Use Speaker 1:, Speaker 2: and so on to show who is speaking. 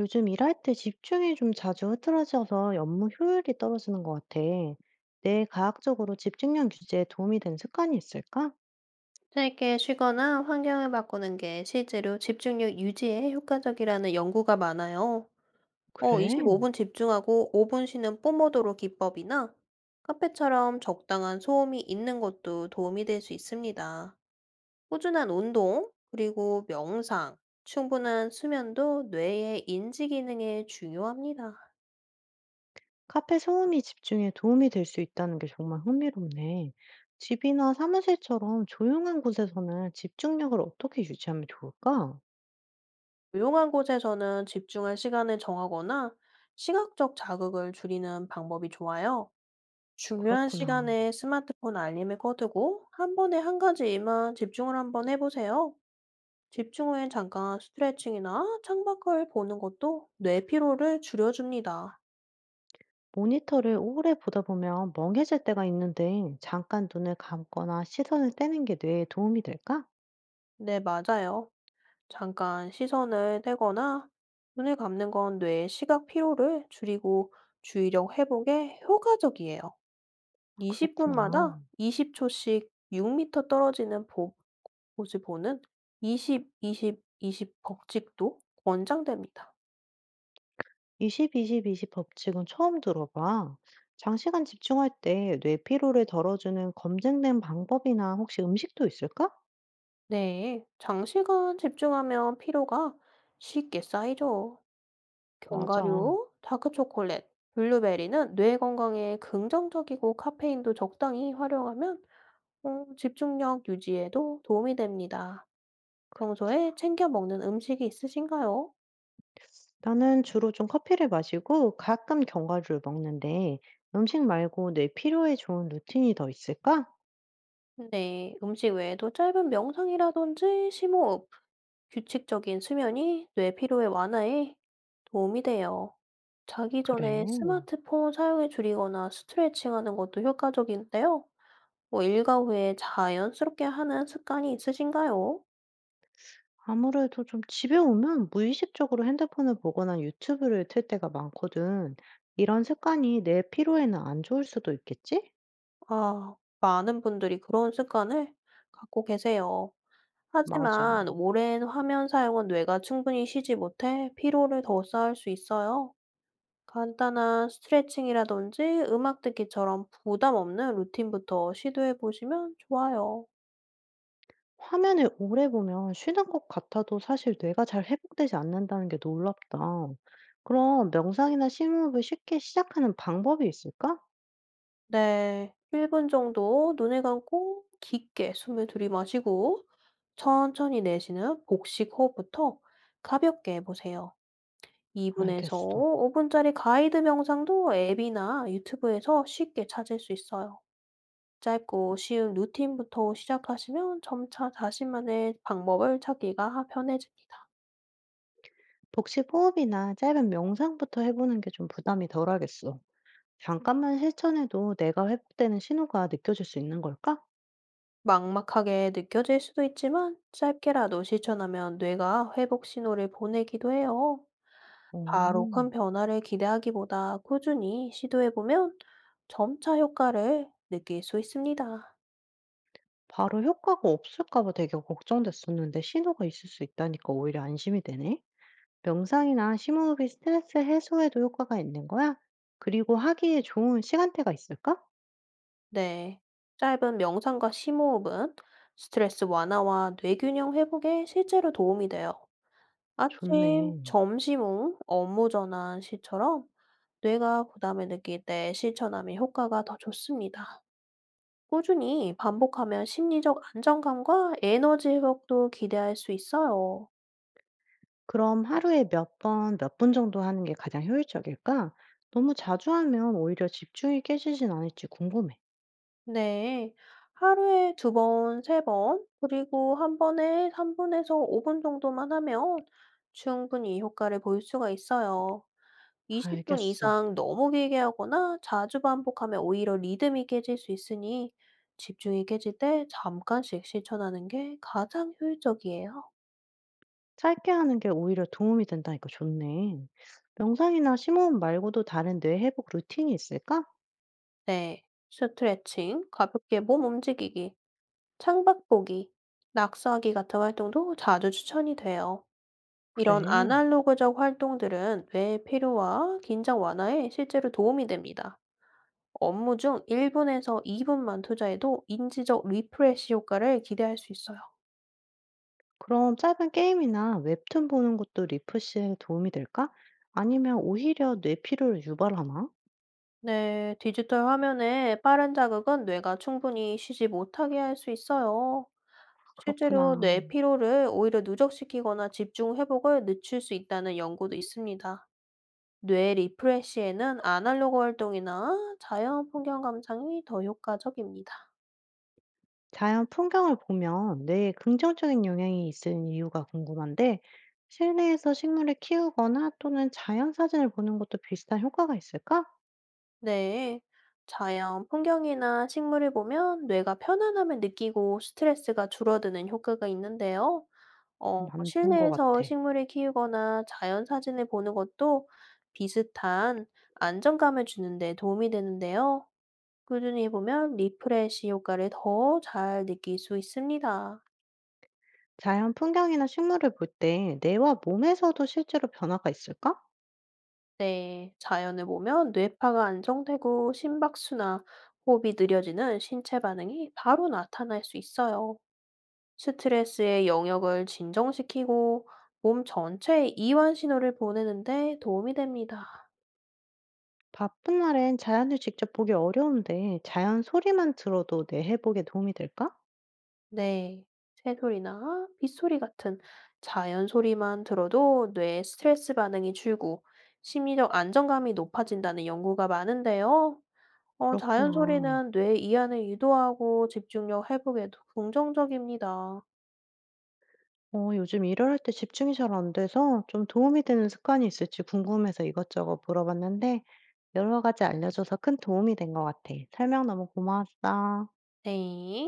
Speaker 1: 요즘 일할 때 집중이 좀 자주 흐트러져서 업무 효율이 떨어지는 것 같아. 뇌 과학적으로 집중력 유지에 도움이 되는 습관이 있을까?
Speaker 2: 짧게 쉬거나 환경을 바꾸는 게 실제로 집중력 유지에 효과적이라는 연구가 많아요.
Speaker 1: 그래.
Speaker 2: 25분 집중하고 5분 쉬는 뽀모도로 기법이나 카페처럼 적당한 소음이 있는 것도 도움이 될 수 있습니다. 꾸준한 운동, 그리고 명상, 충분한 수면도 뇌의 인지 기능에 중요합니다.
Speaker 1: 카페 소음이 집중에 도움이 될 수 있다는 게 정말 흥미롭네. 집이나 사무실처럼 조용한 곳에서는 집중력을 어떻게 유지하면 좋을까?
Speaker 2: 조용한 곳에서는 집중할 시간을 정하거나 시각적 자극을 줄이는 방법이 좋아요. 중요한
Speaker 1: 그렇구나.
Speaker 2: 시간에 스마트폰 알림을 꺼두고 한 번에 한 가지 일만 집중을 한번 해보세요. 집중 후엔 잠깐 스트레칭이나 창밖을 보는 것도 뇌 피로를 줄여줍니다.
Speaker 1: 모니터를 오래 보다 보면 멍해질 때가 있는데 잠깐 눈을 감거나 시선을 떼는 게 뇌에 도움이 될까?
Speaker 2: 네, 맞아요. 잠깐 시선을 떼거나 눈을 감는 건 뇌의 시각 피로를 줄이고 주의력 회복에 효과적이에요.
Speaker 1: 그렇구나.
Speaker 2: 20분마다 20초씩 6m 떨어지는 곳을 보는 20, 20, 20 법칙도 권장됩니다.
Speaker 1: 이0 2 0 2 0 법칙은 처음 들어봐. 장시간 집중할 때 뇌 피로를 덜어주는 검증된 방법이나 혹시 음식도 있을까?
Speaker 2: 네, 장시간 집중하면 피로가 쉽게 쌓이죠.
Speaker 1: 맞아.
Speaker 2: 견과류, 다크초콜릿, 블루베리는 뇌 건강에 긍정적이고 카페인도 적당히 활용하면 집중력 유지에도 도움이 됩니다. 평소에 챙겨 먹는 음식이 있으신가요?
Speaker 1: 나는 주로 좀 커피를 마시고 가끔 견과류를 먹는데 음식 말고 뇌 피로에 좋은 루틴이 더 있을까?
Speaker 2: 네, 음식 외에도 짧은 명상이라든지 심호흡, 규칙적인 수면이 뇌 피로의 완화에 도움이 돼요. 자기 전에
Speaker 1: 그래.
Speaker 2: 스마트폰 사용을 줄이거나 스트레칭하는 것도 효과적인데요. 뭐 일과 후에 자연스럽게 하는 습관이 있으신가요?
Speaker 1: 아무래도 좀 집에 오면 무의식적으로 핸드폰을 보거나 유튜브를 틀 때가 많거든. 이런 습관이 뇌 피로에는 안 좋을 수도 있겠지?
Speaker 2: 아, 많은 분들이 그런 습관을 갖고 계세요.
Speaker 1: 맞아.
Speaker 2: 하지만 오랜 화면 사용은 뇌가 충분히 쉬지 못해 피로를 더 쌓을 수 있어요. 간단한 스트레칭이라든지 음악 듣기처럼 부담 없는 루틴부터 시도해 보시면 좋아요.
Speaker 1: 화면을 오래 보면 쉬는 것 같아도 사실 뇌가 잘 회복되지 않는다는 게 놀랍다. 그럼 명상이나 심호흡을 쉽게 시작하는 방법이 있을까?
Speaker 2: 네. 1분 정도 눈을 감고 깊게 숨을 들이마시고 천천히 내쉬는 복식 호흡부터 가볍게 해 보세요. 2 분에서
Speaker 1: 알겠어.
Speaker 2: 5 분짜리 가이드 명상도 앱이나 유튜브에서 쉽게 찾을 수 있어요. 짧고 쉬운 루틴부터 시작하시면 점차 자신만의 방법을 찾기가 편해집니다.
Speaker 1: 복식 호흡이나 짧은 명상부터 해보는 게 좀 부담이 덜하겠어. 잠깐만 실천해도 내가 회복되는 신호가 느껴질 수 있는 걸까?
Speaker 2: 막막하게 느껴질 수도 있지만 짧게라도 실천하면 뇌가 회복 신호를 보내기도 해요. 바로 큰
Speaker 1: 오,
Speaker 2: 변화를 기대하기보다 꾸준히 시도해보면 점차 효과를 느낄 수 있습니다.
Speaker 1: 바로 효과가 없을까 봐 되게 걱정됐었는데 신호가 있을 수 있다니까 오히려 안심이 되네. 명상이나 심호흡이 스트레스 해소에도 효과가 있는 거야? 그리고 하기에 좋은 시간대가 있을까?
Speaker 2: 네. 짧은 명상과 심호흡은 스트레스 완화와 뇌균형 회복에 실제로 도움이 돼요. 아침,
Speaker 1: 좋네.
Speaker 2: 점심 후 업무 전환 시처럼 뇌가 부담을 느낄 때 실천하면 효과가 더 좋습니다. 꾸준히 반복하면 심리적 안정감과 에너지 회복도 기대할 수 있어요.
Speaker 1: 그럼 하루에 몇 번, 몇 분 정도 하는 게 가장 효율적일까? 너무 자주 하면 오히려 집중이 깨지진 않을지 궁금해.
Speaker 2: 네. 하루에 2 번, 3 번, 그리고 한 번에 3 분에서 5분 정도만 하면 충분히 효과를 볼 수가 있어요. 20분
Speaker 1: 알겠어.
Speaker 2: 이상 너무 길게 하거나 자주 반복하면 오히려 리듬이 깨질 수 있으니 집중이 깨질 때 잠깐씩 실천하는 게 가장 효율적이에요.
Speaker 1: 짧게 하는 게 오히려 도움이 된다니까 좋네. 명상이나 심호흡 말고도 다른 뇌 회복 루틴이 있을까?
Speaker 2: 네. 스트레칭, 가볍게 몸 움직이기, 창밖보기, 낙서하기 같은 활동도 자주 추천이 돼요. 이런
Speaker 1: 그래.
Speaker 2: 아날로그적 활동들은 뇌 피로와 긴장 완화에 실제로 도움이 됩니다. 업무 중 1분에서 2분만 투자해도 인지적 리프레시 효과를 기대할 수 있어요.
Speaker 1: 그럼 짧은 게임이나 웹툰 보는 것도 리프시에 도움이 될까? 아니면 오히려 뇌피로를 유발하나?
Speaker 2: 네, 디지털 화면에 빠른 자극은 뇌가 충분히 쉬지 못하게 할 수 있어요. 실제로
Speaker 1: 그렇구나.
Speaker 2: 뇌 피로를 오히려 누적시키거나 집중 회복을 늦출 수 있다는 연구도 있습니다. 뇌 리프레시에는 아날로그 활동이나 자연 풍경 감상이 더 효과적입니다.
Speaker 1: 자연 풍경을 보면 뇌에 긍정적인 영향이 있는 이유가 궁금한데, 실내에서 식물을 키우거나 또는 자연 사진을 보는 것도 비슷한 효과가 있을까?
Speaker 2: 네. 자연 풍경이나 식물을 보면 뇌가 편안함을 느끼고 스트레스가 줄어드는 효과가 있는데요.
Speaker 1: 맞는 것
Speaker 2: 실내에서
Speaker 1: 같아.
Speaker 2: 식물을 키우거나 자연 사진을 보는 것도 비슷한 안정감을 주는데 도움이 되는데요. 꾸준히 보면 리프레시 효과를 더 잘 느낄 수 있습니다.
Speaker 1: 자연 풍경이나 식물을 볼 때 뇌와 몸에서도 실제로 변화가 있을까?
Speaker 2: 네, 자연을 보면 뇌파가 안정되고 심박수나 호흡이 느려지는 신체 반응이 바로 나타날 수 있어요. 스트레스의 영역을 진정시키고 몸 전체에 이완 신호를 보내는데 도움이 됩니다.
Speaker 1: 바쁜 날엔 자연을 직접 보기 어려운데 자연 소리만 들어도 내 회복에 도움이 될까?
Speaker 2: 네, 새소리나 빗소리 같은 자연 소리만 들어도 뇌 스트레스 반응이 줄고 심리적 안정감이 높아진다는 연구가 많은데요. 자연
Speaker 1: 그렇구나.
Speaker 2: 소리는 뇌 이완을 유도하고 집중력 회복에도 긍정적입니다.
Speaker 1: 요즘 일을 할 때 집중이 잘 안 돼서 좀 도움이 되는 습관이 있을지 궁금해서 이것저것 물어봤는데 여러 가지 알려줘서 큰 도움이 된 것 같아. 설명 너무 고마웠어.
Speaker 2: 네.